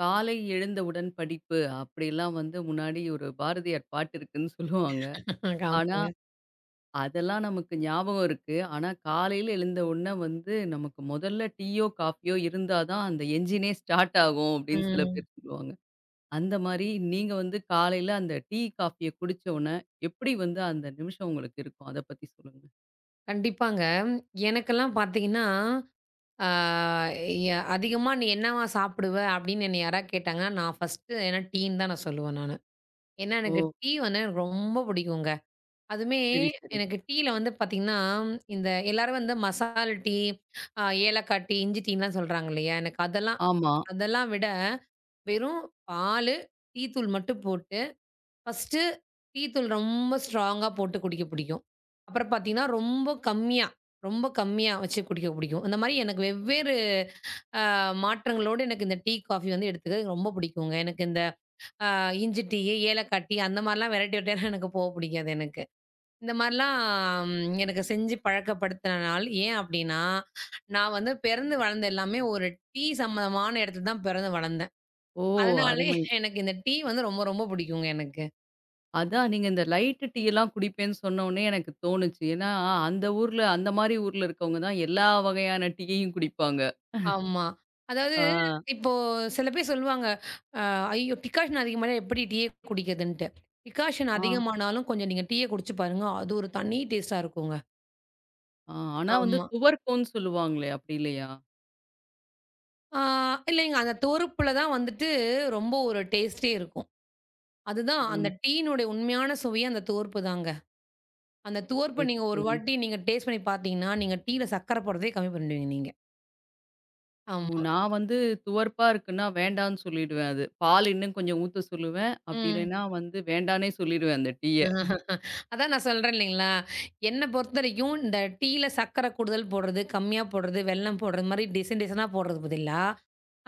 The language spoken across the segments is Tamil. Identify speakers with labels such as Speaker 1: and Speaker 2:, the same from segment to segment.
Speaker 1: காலை எழுந்தவுடன் படிப்பு அப்படிலாம் வந்து முன்னாடி ஒரு பாரதியார் பாட்டு இருக்குன்னு சொல்லுவாங்க.
Speaker 2: ஆக
Speaker 1: ஆனா,
Speaker 2: ஆமாங்க.
Speaker 1: அதெல்லாம் நமக்கு ஞாபகம் இருக்கு. ஆனா, காலையில எழுந்த உடனே வந்து நமக்கு முதல்ல டீயோ, காஃபியோ இருந்தா தான் அந்த என்ஜினே ஸ்டார்ட் ஆகும் அப்படின்னு சில
Speaker 2: ம்.
Speaker 1: பேர் சொல்லுவாங்க. அந்த மாரி நீங்க வந்து காலையில அந்த டீ, காஃபிய குடிச்ச உடனே எப்படி வந்து அந்த நிமிஷம் உங்களுக்கு இருக்கும்? அத பத்தி சொல்லுங்க.
Speaker 2: கண்டிப்பாங்க. எனக்கெல்லாம் பார்த்தீங்கன்னா, ஆ எ அதிகமா "நீ என்னவா சாப்பிடுவ?" அப்படின்னு என்னை யாராவது கேட்டாங்கன்னா, நான் ஃபர்ஸ்ட்டு ஏன்னா டீன்னு தான் நான் சொல்லுவேன் நானு. ஏன்னா எனக்கு
Speaker 1: ஓ!
Speaker 2: டீ வந்து எனக்கு ரொம்ப பிடிக்குங்க. அதுவுமே
Speaker 1: சரி, சரி.
Speaker 2: எனக்கு டீல வந்து பார்த்தீங்கன்னா, இந்த எல்லாரும் வந்து மசால் டீ, ஏலக்காய் டீ, இஞ்சி டீன்லாம் சொல்றாங்க இல்லையா? எனக்கு அதெல்லாம்
Speaker 1: ஆமா.
Speaker 2: அதெல்லாம் விட வெறும் பாலு, டீ தூள் மட்டும் போட்டு ஃபர்ஸ்ட்டு டீ தூள் ரொம்ப ஸ்ட்ராங்கா போட்டு குடிக்க பிடிக்கும். அப்புறம் பார்த்தீங்கன்னா, ரொம்ப கம்மியா, ரொம்ப கம்மியா வச்சு குடிக்க பிடிக்கும். அந்த மாரி எனக்கு வெவ்வேறு மாற்றங்களோட எனக்கு இந்த டீ, காஃபி வந்து எடுத்துக்கிறது ரொம்ப பிடிக்குங்க. எனக்கு இந்த அ இஞ்சி டீ, ஏலக்காய் டீ அந்த மாரிலாம் வெரைட்டி வெரைட்டியா எனக்கு போக பிடிக்காது எனக்கு. இந்த மாரிலாம் எனக்கு செஞ்சு பழக்கப்படுத்தினால் ஏன் அப்டின்னா, நான் வந்து பிறந்து வளர்ந்த எல்லாமே ஒரு டீ சம்மந்தமான இடத்துல தான் பிறந்து வளர்ந்தேன்.
Speaker 1: ஓ!
Speaker 2: அதனாலே
Speaker 1: அருமை.
Speaker 2: எனக்கு இந்த டீ வந்து ரொம்ப ரொம்ப பிடிக்குங்க எனக்கு.
Speaker 1: அதான் நீங்க இந்த லைட்டு டீ எல்லாம் குடிப்பேன்னு சொன்னோனே எனக்கு தோணுச்சு. ஏன்னா, அந்த ஊர்ல அந்த மாரி ஊர்ல இருக்கவங்க தான் எல்லா வகையான டீயையும் குடிப்பாங்க.
Speaker 2: ஆமா. அதாவது
Speaker 1: ஆ,
Speaker 2: இப்போ சில பேர் சொல்லுவாங்க, அ "ஐயோ! டிகாஷன் அதிகமானா எப்படி டீயே குடிக்கிறதுன்ட்டு." டிகாஷன்
Speaker 1: ஆ,
Speaker 2: அதிகமானாலும் கொஞ்சம் நீங்க டீய குடிச்சு பாருங்க. அது ஒரு தனி டேஸ்ட்டா இருக்குங்க.
Speaker 1: ஆ. ஆனா வந்து
Speaker 2: ஆமா.
Speaker 1: துவர்க்கோன்னு சொல்லுவாங்களே, அப்படி இல்லையா?
Speaker 2: ஆ இல்லைங்க. அந்த தோர்ப்புல தான் வந்துட்டு ரொம்ப ஒரு டேஸ்ட்டே இருக்கும். அதுதான்
Speaker 1: ஓ!
Speaker 2: அந்த டீயினுடைய உண்மையான சுவையே அந்த தோர்ப்பு தாங்க. அந்த தோர்ப்ப
Speaker 1: சரி,
Speaker 2: நீங்க ஒரு
Speaker 1: சரி.
Speaker 2: வாட்டி நீங்க டேஸ்ட் பண்ணி பார்த்தீங்கன்னா, நீங்க டீயில சர்க்கரை போடுறதே கம்மி பண்ணிடுவீங்க நீங்க.
Speaker 1: ஓ!
Speaker 2: ஆமா.
Speaker 1: நான் வந்து துவர்ப்பா இருக்குன்னா வேண்டான்னு சொல்லிடுவேன் அது. பால் இன்னும் கொஞ்சம் ஊத்த சொல்லுவேன். அப்படி
Speaker 2: ம்.
Speaker 1: இல்லைன்னா வந்து வேண்டான்னே சொல்லிடுவேன் அந்த டீய.
Speaker 2: அதான் நான் சொல்றேன் இல்லைங்களா? என்ன பொறுத்தவரைக்கும் இந்த டீல சர்க்கரை கூடுதல் போடுறது, கம்மியா போடுறது, வெல்லம் போடுறது மாரி டிசைன் டிசைனா போடுறதுக்கு பதிலா,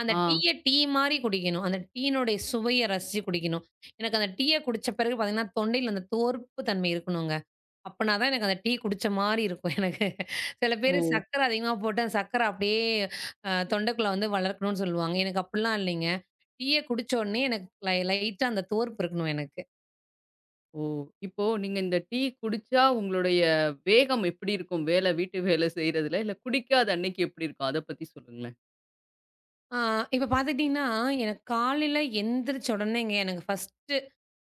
Speaker 2: அந்த
Speaker 1: ஆ.
Speaker 2: டீய டீ மாரி குடிக்கணும். அந்த டீயினுடைய சுவைய ரசிச்சு குடிக்கணும். எனக்கு அந்த டீய குடிச்ச பிறகு பார்த்தீங்கன்னா, தொண்டையில அந்த தோர்ப்பு தன்மை இருக்கணுங்க. அப்பனா தான் எனக்கு அந்த டீ குடிச்ச மாரி இருக்கும் எனக்கு. சில பேரு
Speaker 1: ஓ!
Speaker 2: சர்க்கரை அதிகமா போட்டு அந்த சர்க்கரை அப்படியே தொண்டைக்குள்ள வந்து வளர்க்கணும்னு சொல்லுவாங்க. எனக்கு அப்படிலாம் இல்லைங்க. டீய குடிச்ச உடனே எனக்கு லைட்டா அந்த தோர்ப்பு இருக்கணும் எனக்கு.
Speaker 1: ஓ! இப்போ நீங்க இந்த டீ குடிச்சா உங்களுடைய வேகம் எப்படி இருக்கும்? வேலை வீட்டு வேலை செய்றதுல, இல்ல குடிக்காத அன்னைக்கு எப்படி இருக்கும்? அத பத்தி சொல்லுங்களேன்.
Speaker 2: ஆ இப்ப பார்த்துக்கிட்டீங்கன்னா, எனக்கு காலையில எந்திரிச்ச உடனேங்க எனக்கு ஃபர்ஸ்ட்டு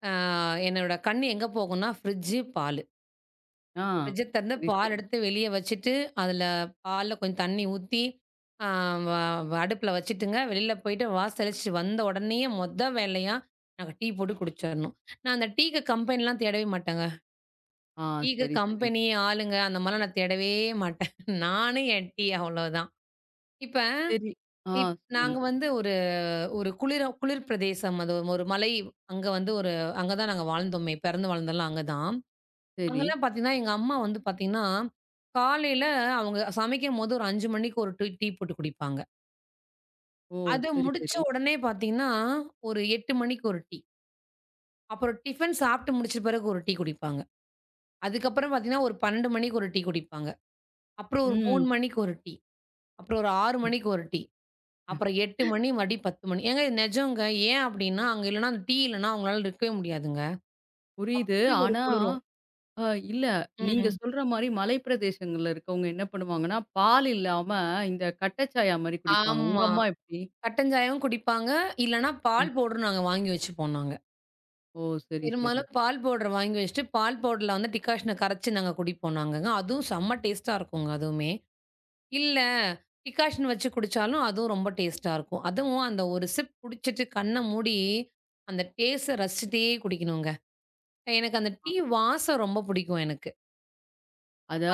Speaker 2: அ என்னோட கண்ணு எங்க போகும்னா, ஃப்ரிட்ஜு, பாலு.
Speaker 1: ஆ.
Speaker 2: ஃப்ரிட்ஜ திறந்து
Speaker 1: சரி,
Speaker 2: பால்
Speaker 1: சரி.
Speaker 2: எடுத்து வெளிய வச்சுட்டு, அதுல பால்ல கொஞ்சம் தண்ணி ஊத்தி, அ வ வ அடுப்புல வச்சுட்டுங்க, வெளில போயிட்டு வாசலிச்சு வந்த உடனேயே மொத வேலையா, நாங்க டீ போட்டு குடிச்சரணும். நான் அந்த டீக்கு கம்பெனிலாம் தேடவே மாட்டேங்க.
Speaker 1: ஆ
Speaker 2: டீக்கு
Speaker 1: சரி, சரி.
Speaker 2: கம்பெனி, ஆளுங்க அந்த மாரிலாம் நான் தேடவே மாட்டேன். நானு என் டீ அவ்வளோதான். இப்ப
Speaker 1: சரி. ஆ
Speaker 2: நாங்க
Speaker 1: சொல்லுங்க.
Speaker 2: வந்து ஒரு ஒரு குளிர குளிர் பிரதேசம். அது ஒரு மலை அங்க வந்து ஒரு அங்க தான் நாங்க வாழ்ந்தோமே! பிறந்து வளர்ந்ததெல்லாம் அங்க தான்.
Speaker 1: சரி.
Speaker 2: அங்கலாம் பார்த்தீங்கன்னா, எங்க அம்மா வந்து பார்த்தீங்கன்னா, காலையில அவங்க சமைக்கும்போது ஒரு 5 மணிக்கு ஒரு டீ டீ போட்டு குடிப்பாங்க.
Speaker 1: ஓ!
Speaker 2: அது
Speaker 1: சரி,
Speaker 2: முடிச்ச
Speaker 1: சரி.
Speaker 2: உடனே பார்த்தீங்கன்னா, ஒரு 8 மணிக்கு ஒரு டீ. அப்புறம் டிஃபன் சாப்பிட்டு முடிச்ச பிறகு ஒரு டீ குடிப்பாங்க. அதுக்கப்புறம் பார்த்தீங்கன்னா, ஒரு 12 மணிக்கு ஒரு டீ குடிப்பாங்க. அப்புறம் ஒரு 3
Speaker 1: ம்.
Speaker 2: மணிக்கு ஒரு டீ. அப்புறம் ஒரு 6 மணிக்கு ஒரு டீ. அப்புறம் 8 மணி மறுபடியும் 10 மணி. ஏங்க இது நெஜங்க. ஏன் அப்டின்னா, அங்க இல்லன்னா அந்த டீ இல்லன்னா அவங்களால இருக்கவே முடியாதுங்க.
Speaker 1: புரியுது.
Speaker 2: அப்படி ஒரு
Speaker 1: ஆனா
Speaker 2: குளிரும்.
Speaker 1: அ இல்ல. நீங்க
Speaker 2: ம்.
Speaker 1: சொல்ற மாரி மலைப்பிரதேசங்கள்ல இருக்கவங்க என்ன பண்ணுவாங்கன்னா, பால் இல்லாம இந்த கட்டச்சாயா மாரி குடிப்பாங்க. உங்க
Speaker 2: ஆமா.
Speaker 1: அம்மா எப்படி?
Speaker 2: கட்டன் சாயாவும் குடிப்பாங்க. இல்லன்னா
Speaker 1: ம்.
Speaker 2: பால் பவுடர் நாங்க வாங்கி வச்சுப்போம் நாங்க.
Speaker 1: ஓ! சரி, சரி.
Speaker 2: பெரும்பாலும் பால் பவுடர் வாங்கி வச்சுட்டு, பால் பவுடர்ல வந்து டிகாஷன கரைச்சு நாங்க குடிப்போம் நாங்கங்க. அதுவும் செம்ம டேஸ்ட்டா இருக்குங்க அதுவுமே. இல்ல டிகாஷன் வச்சு குடிச்சாலும் அதுவும் ரொம்ப டேஸ்ட்டா இருக்கும். அதுவும் அந்த ஒரு சிப் குடிச்சிட்டு கண்ண மூடி, அந்த டேஸ்ட்ட ரசிச்சுட்டே குடிக்கணுங்க. எனக்கு அந்த டீ வாசம் ரொம்ப பிடிக்கும் எனக்கு.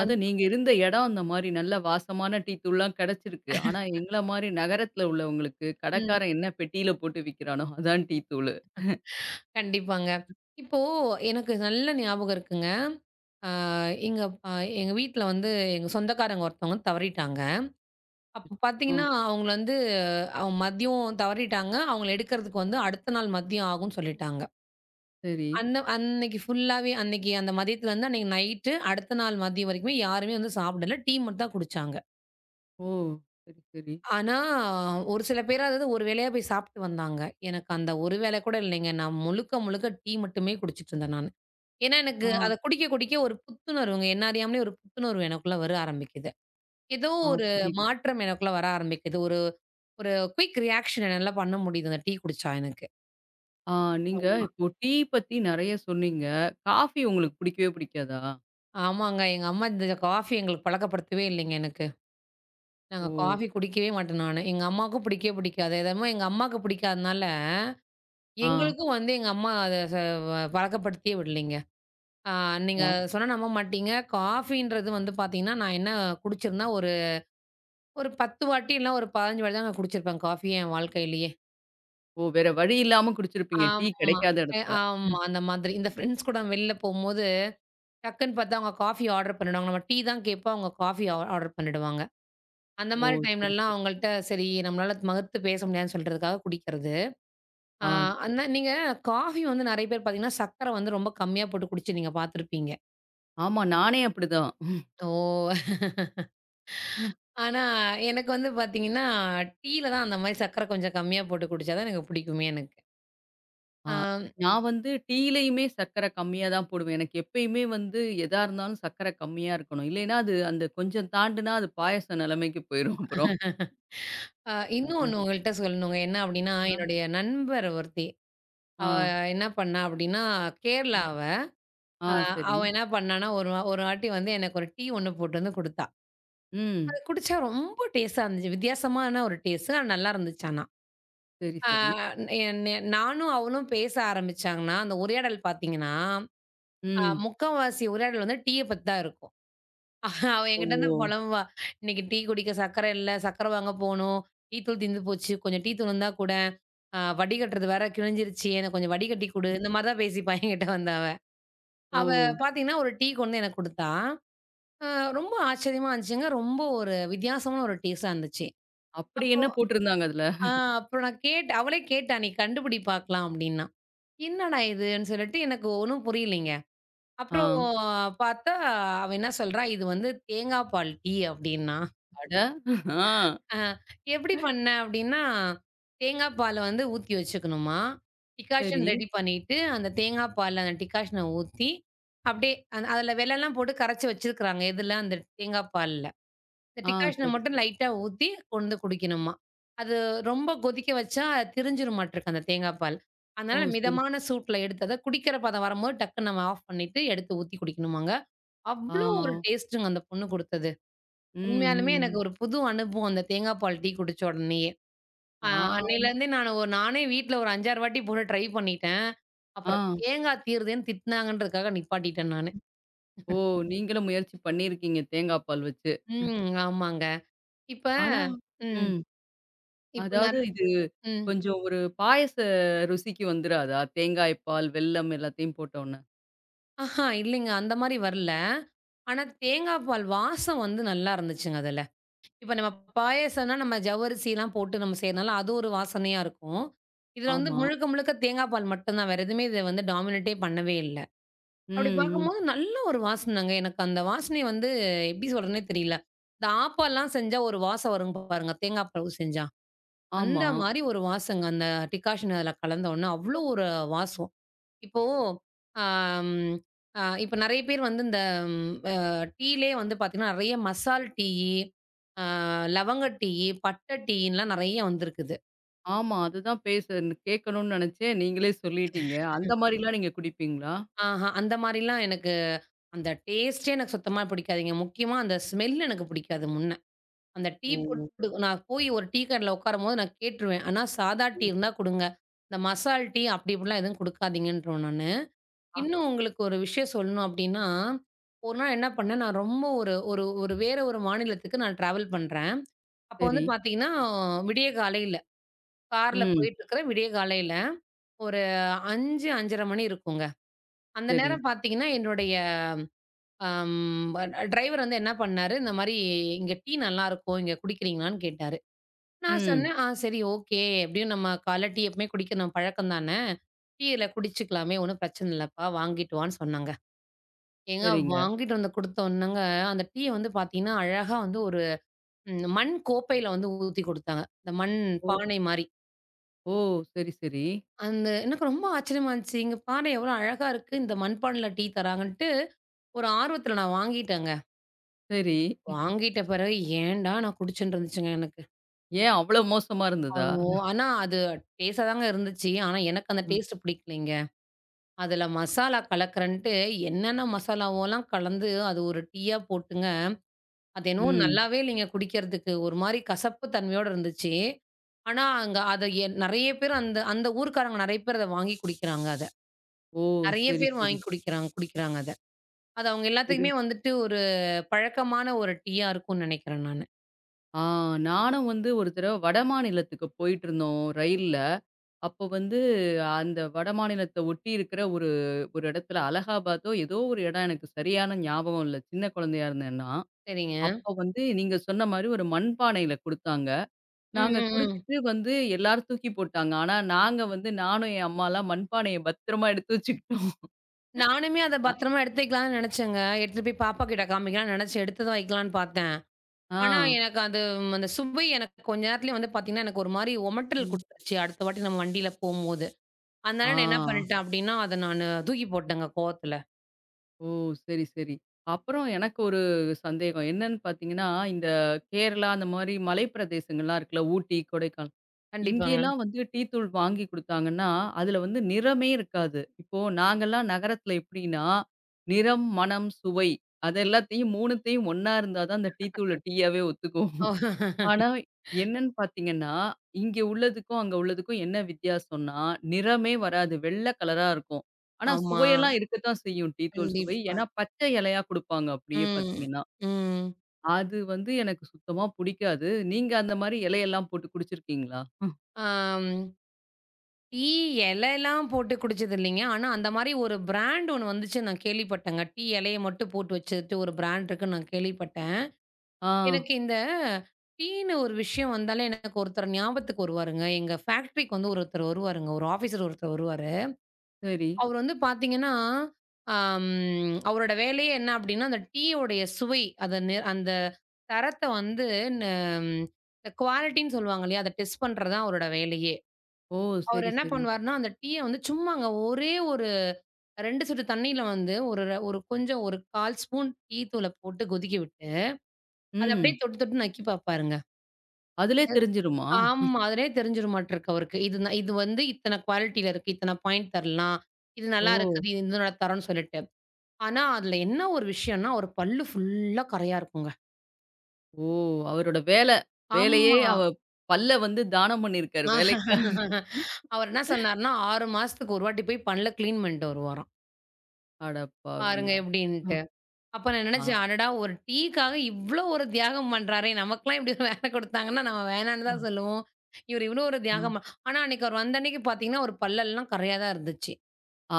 Speaker 2: அந்
Speaker 1: நீங்க இருந்த இடம் அந்த மாரி நல்ல வாசமான டீ தூள்லாம் கிடைச்சிருக்கு. ஆனா, எங்கள மாரி நகரத்துல உள்ளவங்களுக்கு
Speaker 2: ம்.
Speaker 1: கடைக்காரன் என்ன பெட்டியில போட்டு விக்கிறானோ, அதான் டீ தூளு.
Speaker 2: கண்டிப்பாங்க. இப்போ எனக்கு நல்ல ஞாபகம் இருக்குங்க. ஆ எங்க அ எங்க வீட்ல வந்து எங்க சொந்தக்காரங்க ஒருத்தவங்க தவறிட்டாங்க. அப்ப
Speaker 1: ஆ,
Speaker 2: பார்த்தீங்கன்னா, அவங்க மதியம் தவறிட்டாங்க. அவங்கள எடுக்கிறதுக்கு வந்து அடுத்த நாள் மதியம் ஆகும்ன்னு சொல்லிட்டாங்க.
Speaker 1: சரி.
Speaker 2: அந்த அன்னைக்கு ஃபுல்லாவே அன்னைக்கு அந்த மதியத்துலருந்து அன்னைக்கு நைட்டு அடுத்த நாள் மதியம் வரைக்குமே யாருமே வந்து சாப்பிடல. டீ மட்டும் தான் குடிச்சாங்க.
Speaker 1: ஓ! சரி, சரி.
Speaker 2: ஆனா, ஒரு சில பேராவது ஒரு வேளையா போய் சாப்பிட்டு வந்தாங்க. எனக்கு அந்த ஒரு வேளை கூட இல்லைங்க. நான் முழுக்க முழுக்க டீ மட்டுமே குடிச்சிட்டு இருந்தேன் நானு. ஏன்னா, எனக்கு
Speaker 1: ஆ,
Speaker 2: அத குடிக்க குடிக்க ஒரு புத்துணர்வுங்க. என்ன அறியாமலே ஒரு புத்துணர்வு எனக்குள்ள வர ஆரம்பிக்குது. ஏதோ
Speaker 1: ஆ
Speaker 2: ஒரு
Speaker 1: புரியுது.
Speaker 2: மாற்றம் எனக்குள்ள வர ஆரம்பிக்குது. ஒரு ஒரு குயிக் ரியாக்ஷன் என்னால பண்ண முடியுது அந்த டீ குடிச்சா எனக்கு.
Speaker 1: ஆ நீங்க
Speaker 2: ஆமா.
Speaker 1: இப்போ டீ பத்தி நெறைய சொன்னீங்க. காஃபி உங்களுக்கு பிடிக்கவே பிடிக்காதா?
Speaker 2: ஆமாங்க. எங்க அம்மா இந்த காஃபி எங்களுக்கு பழக்கப்படுத்தவே இல்லைங்க எனக்கு. நாங்க
Speaker 1: ஓ!
Speaker 2: காஃபி குடிக்கவே மாட்டேன் நானு. எங்க அம்மாவுக்கும் பிடிக்கவே பிடிக்காது. என்னமோ எங்க அம்மாவுக்கு பிடிக்காதனால,
Speaker 1: ஆ,
Speaker 2: எங்களுக்கும் வந்து எங்க அம்மா அத ச வ பழக்கப்படுத்தியே விடலைங்க. ஆ நீங்க
Speaker 1: ஆ.
Speaker 2: சொன்னா நம்ப மாட்டீங்க. காஃபின்றது வந்து பார்த்தீங்கன்னா, நான் என்ன குடிச்சிருந்தா ஒரு ஒரு 10 வாட்டி இல்ல ஒரு 15 வாட்டி தான் நான் குடிச்சிருப்பேன் காஃபியே என் வாழ்க்கையிலேயே.
Speaker 1: ஓ வேற வழி இல்லாம குடிச்சிருப்பீங்க. டீ
Speaker 2: ஆமா.
Speaker 1: கிடைக்காத இடத்துல.
Speaker 2: ஆமா. அந்த மாதிரி. இந்த ஃப்ரெண்ட்ஸ் கூட வெளில போம்போது, டக்குன்னு பார்த்தா அவங்க காஃபி ஆர்டர் பண்ணிடுவாங்க. நம்ம டீ தான் கேட்போம். அவங்க காஃபி ஆர்டர் பண்ணிடுவாங்க. அந்த
Speaker 1: ஓ!
Speaker 2: மாரி
Speaker 1: சரி,
Speaker 2: டைம்லலாம்
Speaker 1: சரி.
Speaker 2: அவங்கள்ட்ட சரி நம்மளால மறுத்து பேச முடியாதுன்னு சொல்றதுக்காக குடிக்கிறது. ஆ
Speaker 1: ஆ,
Speaker 2: அந்த
Speaker 1: சரி.
Speaker 2: நீங்க காஃபி வந்து நெறைய பேர் பார்த்தீங்கன்னா, சர்க்கரை வந்து ரொம்ப கம்மியா போட்டு குடிச்சு நீங்க பார்த்துருப்பீங்க.
Speaker 1: ஆமா, நானே அப்படிதான்.
Speaker 2: ஓ! ஆனா எனக்கு வந்து பார்த்தீங்கன்னா, டீல தான் அந்த மாரி சர்க்கரை கொஞ்சம் கம்மியா போட்டு குடிச்சா தான் எனக்கு பிடிக்குமே எனக்கு.
Speaker 1: ஆ,
Speaker 2: ஆம்.
Speaker 1: நான் வந்து டீலயுமே சர்க்கரை கம்மியா தான் போடுவேன். எனக்கு எப்பயுமே வந்து எதா இருந்தாலும் சர்க்கரை கம்மியா இருக்கணும். இல்லைன்னா அது அந்த கொஞ்சம் தாண்டுனா அது பாயாசம் நெலைமைக்கு போயிரும் அப்புறம்.
Speaker 2: இன்னும் ஒண்ணு
Speaker 1: அதனால
Speaker 2: உங்கள்ட்ட சொல்லணுங்க. என்ன அப்டின்னா,
Speaker 1: தான்
Speaker 2: என்னுடைய நண்பர் ஒருத்தி.
Speaker 1: ஆ,
Speaker 2: அவ என்ன பண்ணா அப்படின்னா, கேரளா
Speaker 1: ம்.
Speaker 2: அவ.
Speaker 1: ஆ
Speaker 2: அ
Speaker 1: சரி.
Speaker 2: அவ என்ன பண்ணான்னா, ஒரு வாட்டி வந்து எனக்கு ஒரு டீ ஒண்ணு போட்டு வந்து குடுத்தா. அத
Speaker 1: ம்.
Speaker 2: குடிச்சா ரொம்ப டேஸ்ட்டா இருந்துச்சு. வித்தியாசமான ஒரு டேஸ்ட்டு. ஆனா நல்லா இருந்துச்சு ஆனா.
Speaker 1: சரி,
Speaker 2: அ
Speaker 1: சரி.
Speaker 2: என்ன நானும் அவளும் பேச ஆரம்பிச்சாங்கன்னா, அந்த உரையாடல் பார்த்தீங்கன்னா,
Speaker 1: ம்.
Speaker 2: முக்காவாசி உரையாடல் வந்து டீய பத்தி தான் இருக்கும். அவ என்கிட்ட வந்து
Speaker 1: ஓ!
Speaker 2: புலம்புவா. "இன்னைக்கு டீ குடிக்க சர்க்கரை இல்ல. சர்க்கரை வாங்க போணும். டீ தூள் தீர்ந்து போச்சு. கொஞ்சம் டீ தூள் இருந்தா கூட. வடிகட்டுறது வேற கிழிஞ்சிருச்சு. எனக்கு கொஞ்சம் வடிகட்டி குடு."
Speaker 1: ம்.
Speaker 2: இந்த மாரி தான் பேசிப்பா என்கிட்ட வந்து அவ.
Speaker 1: ஓ!
Speaker 2: அவ பாத்தீங்கன்னா, ஒரு டீ கொண்டு எனக்கு குடுத்தா. அ ரொம்ப ஆச்சரியமா இருந்துச்சுங்க. ரொம்ப ஒரு வித்தியாசமான ஒரு டேஸ்ட்டா இருந்துச்சு.
Speaker 1: அப்படி
Speaker 2: அப்போ
Speaker 1: என்ன போட்டிருந்தாங்க அதுல?
Speaker 2: ஆ அப்புறம் நான் கேட் அவளே கேட்டா, "நீ கண்டுபிடி பாக்கலாம்" அப்டின்னா. "என்னடா இதுன்னு?" சொல்லிட்டு எனக்கு ஒண்ணும் புரியலைங்க.
Speaker 1: ஆ.
Speaker 2: அப்புறம் பாத்தா, அவ என்ன சொல்றா, "இது வந்து தேங்கா பால் டீ" அப்டின்னா.
Speaker 1: அட! ஆ.
Speaker 2: ஆ எப்படி பண்ணேன் அப்படின்னா, தேங்காய் பால வந்து ஊத்தி வச்சுக்கணுமா. டிகாஷன்
Speaker 1: சரி.
Speaker 2: ரெடி பண்ணிட்டு, அந்த தேங்காய் பால்ல அந்த டிகாஷன ஊத்தி, அப்படியே அதில வெல்லலாம் போட்டு கரைச்சு வச்சிருக்கிறாங்க. எதுல? அந்த தேங்காய் பால்ல. இந்த
Speaker 1: ஆ
Speaker 2: டிகாஷன
Speaker 1: சரி,
Speaker 2: மட்டும்
Speaker 1: சரி.
Speaker 2: லைட்டா ஊத்தி கொண்டு வந்து குடிக்கணுமா. அது ரொம்ப கொதிக்க வச்சா திரிஞ்சிருமாட்ருக்கு அந்த தேங்காய் பால்.
Speaker 1: ஓ!
Speaker 2: அதனால
Speaker 1: சரி,
Speaker 2: மிதமான
Speaker 1: சரி.
Speaker 2: சூட்ல எடுத்து அத குடிக்கிற பதம் வரும்போது டக்குன்னு நம்ம ஆஃப் பண்ணிட்டு, எடுத்து ஊத்தி குடிக்கணுமாங்க.
Speaker 1: ஆ.
Speaker 2: அவ்ளோ ஒரு டேஸ்ட்டுங்க அந்த பொண்ணு குடுத்தது.
Speaker 1: ம்,
Speaker 2: உண்மையாலுமே எனக்கு
Speaker 1: ம்.
Speaker 2: ஒரு புது அனுபவம் அந்த தேங்காய் பால் டீ குடிச்ச உடனேயே. அ
Speaker 1: ஆ,
Speaker 2: அன்னையிலருந்தே நான் ஒரு நானே வீட்ல ஒரு 5, 6 வாட்டி போட்டு ட்ரை பண்ணிட்டேன்.
Speaker 1: ஆ.
Speaker 2: அப்புறம் தேங்காய் தீருதேன்னு திட்டுனாங்கன்றதுக்காக நிப்பாட்டிட்டேன் நானு.
Speaker 1: ஓ! நீங்களும் முயற்சி பண்ணியிருக்கீங்க தேங்காய் பால் வச்சு.
Speaker 2: ம். ஆமாங்க. இப்ப
Speaker 1: ஆனா
Speaker 2: ம்.
Speaker 1: ம்.
Speaker 2: இப்ப நெற
Speaker 1: அதாவது இது
Speaker 2: ம்.
Speaker 1: கொஞ்சம் ஒரு பாயச ருசிக்கு வந்துராதா? தேங்காய் பால், வெல்லம் எல்லாத்தையும் போட்டோனே.
Speaker 2: ஆஹா இல்லைங்க. அந்த மாரி வரல. ஆனா தேங்காய் பால் வாசம் வந்து நல்லா இருந்துச்சுங்க அதுல. இப்ப நம்ம பாயாசம்னா நம்ம ஜவ்வரிசிலாம் போட்டு நம்ம செய்றனால அது ஒரு வாசனையா இருக்கும். இதுல வந்து
Speaker 1: ஆமா.
Speaker 2: முழுக்க முழுக்க தேங்காய் பால் மட்டும் தான். வேற எதுவுமே இத வந்து டாமினேட்டே பண்ணவே இல்ல. அப்படி
Speaker 1: ம், ம்.
Speaker 2: பார்க்கும்போது நல்ல ஒரு வாசனங்க. எனக்கு அந்த வாசனை வந்து எப்படி சொல்றதுன்னே தெரியல. இந்த ஆப்பம்லாம் செஞ்சா ஒரு வாசம் வரும் பாருங்க, தேங்காய் பாவு செஞ்சா. அந்த
Speaker 1: ஆமா,
Speaker 2: மாரி ஒரு வாசங்க. அந்த டிகாஷன் அதில கலந்த உடனே அவ்வளோ ஒரு வாசம். இப்போ அம் அ இப்ப நெறைய பேர் வந்து இந்த ம் அ டீலயே வந்து பார்த்தீங்கன்னா, நெறைய மசால் டீயி, அ லவங்க டீயி, பட்டை டீயின்லாம் நெறைய வந்திருக்குது.
Speaker 1: ஆமா. அதுதான் பேச கேட்கணும்னு நெனச்சேன். நீங்களே சொல்லிட்டீங்க. அந்த மாரிலாம் நீங்க குடிப்பீங்களா?
Speaker 2: ஆஹா, அந்த மாரிலாம் எனக்கு அந்த டேஸ்ட்டே எனக்கு சுத்தமா பிடிக்காதுங்க. முக்கியமா அந்த ஸ்மெல் எனக்கு பிடிக்காது முன்ன. அந்த டீ
Speaker 1: ஓ!
Speaker 2: போட்டு நான் போய் ஒரு டீ கடையில உட்காரும்போது நான் கேட்டுருவேன். "அண்ணா சாதா டீ
Speaker 1: ம்.
Speaker 2: இருந்தா குடுங்க. இந்த மசால் டீ அப்டி இப்டிலாம் எதுவும் குடுக்காதீங்கன்ருவேன்" நானு.
Speaker 1: ஆ
Speaker 2: இன்னும் உங்களுக்கு ஒரு விஷயம் சொல்லணும் அப்டின்னா, ஒரு நாள் என்ன பண்ணேன், நான் ரொம்ப ஒரு ஒரு ஒரு வேற ஒரு மாநிலத்துக்கு நான் ட்ராவல் பண்றேன். அப்போ வந்து
Speaker 1: சரி.
Speaker 2: பார்த்தீங்கன்னா, விடிய காலையில கார்ல
Speaker 1: ம்.
Speaker 2: போயிட்டுருக்கிறேன். விடிய காலையில ஒரு 5, 5:30 மணி இருக்குங்க. அந்த
Speaker 1: சரி.
Speaker 2: நேரம் பார்த்தீங்கன்னா, என்னுடைய அம் டிரைவர் வந்து என்ன பண்ணாரு, இந்த மாரி "இங்க டீ நல்லாருக்கும். இங்க குடிக்கிறீங்களான்னு?" கேட்டாரு. நான்
Speaker 1: ம்.
Speaker 2: சொன்னேன், "ஆ சரி ஓகே. எப்படியும் நம்ம காலைல டீ எப்பவுமே குடிக்கிற நம்ம பழக்கம் தானே. டீயில குடிச்சுக்கலாமே, ஒண்ணும் பிரச்சனை இல்லப்பா. வாங்கிட்டு வான்னு" சொன்னாங்க. ஏங்க ஓஹோ!
Speaker 1: சரிங்க.
Speaker 2: வாங்கிட்டு வந்து குடுத்தோன்னங்க, அந்த டீய வந்து பாத்தீங்கன்னா, அழகா வந்து ஒரு ம் மண் கோப்பையில வந்து ஊத்தி குடுத்தாங்க. இந்த மண்
Speaker 1: ஓ!
Speaker 2: பானை மாரி.
Speaker 1: ஓ! சரி, சரி.
Speaker 2: அந்த எனக்கு ரொம்ப ஆச்சரியமா இருந்துச்சு. இங்க பாரு எவ்வளோ அழகா இருக்கு. இந்த மண்பானையில டீ தராங்கன்ட்டு, ஒரு ஆர்வத்துல நான் வாங்கிட்டேங்க.
Speaker 1: சரி.
Speaker 2: வாங்கிட்ட பிறகு ஏன்டா நான் குடிச்சேன்னு இருந்துச்சுங்க எனக்கு.
Speaker 1: ஏன் அவ்ளோ மோசமா இருந்ததா?
Speaker 2: அவ் ஆனா அது டேஸ்ட்டா தாங்க இருந்துச்சு. ஆனா எனக்கு அந்த
Speaker 1: ம்.
Speaker 2: டேஸ்ட் பிடிக்கலைங்க. அதுல மசாலா கலக்கிறன்ட்டு என்னென்ன மசாலாவோலாம் கலந்து, அது ஒரு டீயா போட்டுங்க. அது என்னவோ
Speaker 1: ம்.
Speaker 2: நல்லாவே இல்லைங்க குடிக்கிறதுக்கு. ஒரு மாரி கசப்பு தன்மையோட இருந்துச்சு. ஆனா, அங்க அத என் நெறைய பேர் அந்த அந்த ஊர்க்காரங்க நெறைய பேர் அத வாங்கி குடிக்கிறாங்க அத.
Speaker 1: ஓ!
Speaker 2: நெறைய
Speaker 1: சரி,
Speaker 2: பேர்
Speaker 1: சரி.
Speaker 2: வாங்கி குடிக்கிறாங்க குடிக்கிறாங்க அத. அது அவங்க
Speaker 1: புரி
Speaker 2: எல்லாத்துக்குமே வந்துட்டு ஒரு பழக்கமான ஒரு டீயா இருக்கும்னு நெனைக்கிறேன் நானு.
Speaker 1: ஆ நானும் வந்து ஒரு தடவ வடமாநிலத்துக்கு போயிட்டுருந்தோம் ரயில்ல. அப்போ வந்து அந்த வடமாநிலத்த ஒட்டி இருக்கிற ஒரு ஒரு இடத்துல அலகாபாத்தோ ஏதோ ஒரு இடம் எனக்கு சரியான ஞாபகம் இல்ல. சின்ன குழந்தையா இருந்தேன்னா.
Speaker 2: சரிங்க.
Speaker 1: அப்போ வந்து நீங்க சொன்ன மாரி ஒரு மண்பானையில குடுத்தாங்க.
Speaker 2: ம்,
Speaker 1: நாங்க
Speaker 2: ம், ம்.
Speaker 1: குடிச்சிட்டு வந்து எல்லாரும் தூக்கி போட்டாங்க. ஆனா நாங்க வந்து நானும் என் அம்மாலாம் மண்பானைய பத்திரமா எடுத்து வச்சுக்கிட்டோம்.
Speaker 2: நானுமே அத பத்திரமா எடுத்து வைக்கலான்னு நெனைச்சேங்க. எடுத்துட்டு போய் பாப்பா கிட்ட காமிக்கலான்னு நெனைச்சு எடுத்து தான் வைக்கலான்னு பாத்தேன்.
Speaker 1: ஆ.
Speaker 2: ஆனா, எனக்கு அது ம், அந்த சுவை எனக்கு கொஞ்ச நேரத்திலயே வந்து பார்த்தீங்கன்னா, எனக்கு ஒரு மாரி உமட்டல்
Speaker 1: ம்.
Speaker 2: குடுத்துருச்சு. அடுத்த வாட்டி நம்ம வண்டியில போம்போது.
Speaker 1: ஆ.
Speaker 2: அதனால நான் என்ன பண்ணிட்டேன் அப்டின்னா, அத நானு தூக்கி போட்டேங்க கோவத்துல.
Speaker 1: ஓ! சரி, சரி. அப்புறம் எனக்கு ஒரு சந்தேகம். என்னன்னு பார்த்தீங்கன்னா, இந்த கேரளா அந்த மாரி மலை பிரதேசங்கள்லாம் இருக்குல்ல, ஊட்டி, கொடைக்கானல்.
Speaker 2: கண்டிப்பாங்க.
Speaker 1: இங்கேலாம் வந்து டீ தூள் வாங்கி குடுத்தாங்கன்னா, அதுல வந்து நிறமே இருக்காது. இப்போ நாங்கலாம் நகரத்துல எப்படின்னா, நிறம், மனம், சுவை அது எல்லாத்தையும் 3த்தையும் ஒண்ணா இருந்தா தான் அந்த டீ தூள்ல டீயாவே ஒத்துக்கும்.
Speaker 2: ஓ!
Speaker 1: ஆனா, என்னன்னு பார்த்தீங்கன்னா, இங்க உள்ளதுக்கும், அங்க உள்ளதுக்கும் என்ன வித்தியாசம்னா, நிறமே வராது. வெள்ள கலரா இருக்கும். ஆனா,
Speaker 2: ஆமா.
Speaker 1: சுவையெல்லாம் இருக்கத்தான் செய்யும். டீ தூள் சுவை.
Speaker 2: கண்டிப்பா.
Speaker 1: ஏன்னா, பச்சை இலையா குடுப்பாங்க அப்படியே
Speaker 2: ம்.
Speaker 1: பார்த்தீங்கன்னா.
Speaker 2: ம்.
Speaker 1: அது வந்து எனக்கு சுத்தமா புடிக்காது. நீங்க அந்த மாரி இலையெல்லாம் போட்டு குடிச்சிருக்கீங்களா? ம்.
Speaker 2: ஆம். டீ எலைலாம் போட்டு குடிச்சது இல்லைங்க. ஆனா, அந்த மாரி ஒரு பிராண்ட் ஒண்ணு வந்துச்சு நான் கேள்விப்பட்டேங்க. டீ எலைய மட்டும் போட்டு வச்சுட்டு ஒரு பிராண்ட் இருக்குன்னு நான் கேள்விப்பட்டேன்.
Speaker 1: ஆ.
Speaker 2: எனக்கு இந்த டீன்னு ஒரு விஷயம் வந்தாலே எனக்கு ஒருத்தர் ஞாபகத்துக்கு வருவாருங்க. எங்க ஃபேக்டரிக்கு வந்து ஒருத்தர் வருவாருங்க. ஒரு ஆஃபீசர் ஒருத்தர் வருவாரு.
Speaker 1: சரி.
Speaker 2: அவர் வந்து பார்த்தீங்கன்னா, அம் அவரோட வேலையே என்ன அப்டின்னா, அந்த டீயோடைய சுவை, அத நெ அந்த தரத்த வந்து ந இந்த குவாலிட்டின்னு சொல்லுவாங்க இல்லையா? அத டெஸ்ட் பண்றது தான் அவரோட வேலையே.
Speaker 1: ஓ!
Speaker 2: அவர்
Speaker 1: சரி,
Speaker 2: என்ன
Speaker 1: சரி.
Speaker 2: பண்ணுவாருன்னா, அந்த டீய வந்து சும்மாங்க ஒரே ஒரு 2 சொட்டு தண்ணீல வந்து ஒரு ஒரு கொஞ்சம் ஒரு 1/4 ஸ்பூன் டீ தூள போட்டு கொதிக்க விட்டு, அத அப்டியே
Speaker 1: ம்.
Speaker 2: தொட்டு தொட்டு நக்கி பார்ப்பாருங்க.
Speaker 1: அதுலயே தெரிஞ்சிருமா?
Speaker 2: ஆமா. அதிலேயே தெரிஞ்சிருமாட்ருக்கு அவருக்கு. இது வந்து இத்தன குவாலிட்டில இருக்கு. இத்தன பாயிண்ட் தரலாம். இது
Speaker 1: ஓ!
Speaker 2: நல்லா இருக்குது. இது இதனோட தரம்ன்னு சொல்லிட்டு. ஆனா, அதுல என்ன ஒரு விஷயம்னா, அவரு பல்லு ஃபுல்லா கறையா இருக்குங்க.
Speaker 1: ஓ! அவரோட வேல. வேலையே
Speaker 2: ஆமா.
Speaker 1: அவ பல்ல வந்து தானம் பண்ணியிருக்காரு வேலைக்கு.
Speaker 2: அவர் என்ன சொன்னாருன்னா, 6 மாசத்துக்கு ஒரு வாட்டி போய் பல்ல கிளீன் பண்ணிட்டு வருவாராம். பாருங்க
Speaker 1: அடப்பாவிங்களா! அ.
Speaker 2: எப்படின்ட்டு. அப்ப நான்
Speaker 1: ஆ.
Speaker 2: நெனச்சேன், அடடா! ஒரு டீக்காக இவ்ளோ ஒரு தியாகம் பண்றாரே! நமக்கெல்லாம் இப்படி ஒரு வேலை குடுத்தாங்கன்னா, நம்ம வேணான்னு தான்
Speaker 1: அ.
Speaker 2: சொல்லுவோம். இவரு இவ்ளோ ஒரு
Speaker 1: ஆ.
Speaker 2: தியாகம் பண்-" ஆனா, அன்னைக்கு அவர் வந்த அன்னைக்கு பாத்தீங்கன்னா, அவரு பல்லெல்லாம் கறையா தான் இருந்துச்சு.
Speaker 1: ஆ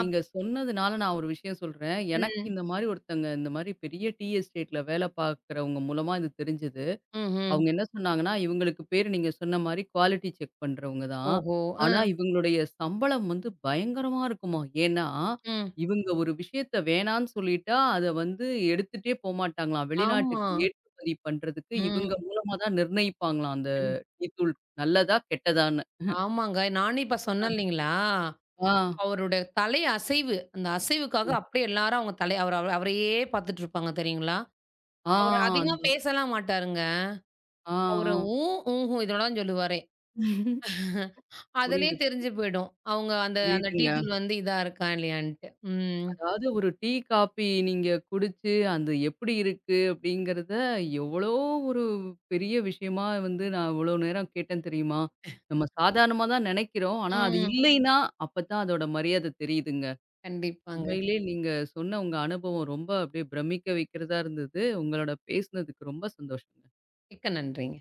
Speaker 2: அப்
Speaker 1: சொன்னதுனால நான் ஒரு விஷயம் சொல்றேன். எனக்கு
Speaker 2: ம்.
Speaker 1: இந்த மாரி ஒருத்தங்க இந்த மாரி பெரிய டீ எஸ்டேட்ல வேலை பார்க்கிறவங்க மூலமா இது தெரிஞ்சது.
Speaker 2: ம்ஹ்ம்.
Speaker 1: அவங்க என்ன சொன்னாங்கன்னா, இவங்களுக்கு பேரு நீங்க சொன்ன மாரி குவாலிட்டி செக் பண்றவங்க தான்.
Speaker 2: ஓஹோ! அ,
Speaker 1: ஆனா இவங்களுடைய சம்பளம் வந்து பயங்கரமா இருக்குமாம். ஏன்னா,
Speaker 2: ம்.
Speaker 1: இவங்க ஒரு விஷயத்த வேணான்னு சொல்லிட்டா, அத வந்து எடுத்துட்டே போமாட்டாங்களாம்.
Speaker 2: ஆமா.
Speaker 1: வெளிநாட்டுக்கு ஏற்றுமதி பண்றதுக்கு இவங்க
Speaker 2: ம்.
Speaker 1: மூலமா தான் நிர்ணயிப்பாங்களாம் அந்த
Speaker 2: கண்
Speaker 1: டீ தூள் நல்லதா? கெட்டதான்னு.
Speaker 2: ஆமாங்க. நானே இப்ப சொன்னேன் இல்லைங்களா?
Speaker 1: ஆ.
Speaker 2: அவருடைய தலை அசைவு. அந்த அசைவுக்காக
Speaker 1: ம்.
Speaker 2: அப்படியே எல்லாரும் அவங்க தலை அவரையே பார்த்துட்டு இருப்பாங்க தெரியுங்களா?
Speaker 1: ஆ
Speaker 2: அவரு அதிகமா
Speaker 1: அந்த
Speaker 2: பேசலாம் மாட்டாருங்க.
Speaker 1: ஆ,
Speaker 2: அவரு
Speaker 1: ஆ.
Speaker 2: ஊஹும் இதோட தான் சொல்லுவாரே. அதிலேயே
Speaker 1: புரியுது,
Speaker 2: தெரிஞ்சு
Speaker 1: புரியுது.
Speaker 2: போயிடும். அவங்க அந்த அந்த டீ
Speaker 1: புரியுதுங்க.
Speaker 2: தூள் வந்து இதா இருக்கா இல்லையான்ட்டு. ம்.
Speaker 1: அதாவது ஒரு டீ, காப்பி நீங்க குடிச்சு, அது எப்படி இருக்கு அப்படிங்கிறத, எவ்வளோ ஒரு பெரிய விஷயமா வந்து நான் இவ்வளோ நேரம் கேட்டேன் தெரியுமா? நம்ம சாதாரணமா தான் நெனைக்கிறோம். ஆனா அது
Speaker 2: ம்.
Speaker 1: இல்லைன்னா, அப்பதான் அதோட மரியாதை தெரியுதுங்க.
Speaker 2: கண்டிப்பாங்க.
Speaker 1: உண்மையிலே நீங்க சொன்ன உங்க அனுபவம் ரொம்ப அப்படியே பிரமிக்க வைக்கிறதா இருந்தது. உங்களோட பேசினதுக்கு ரொம்ப சந்தோஷம்.
Speaker 2: மிக்க நன்றிங்க.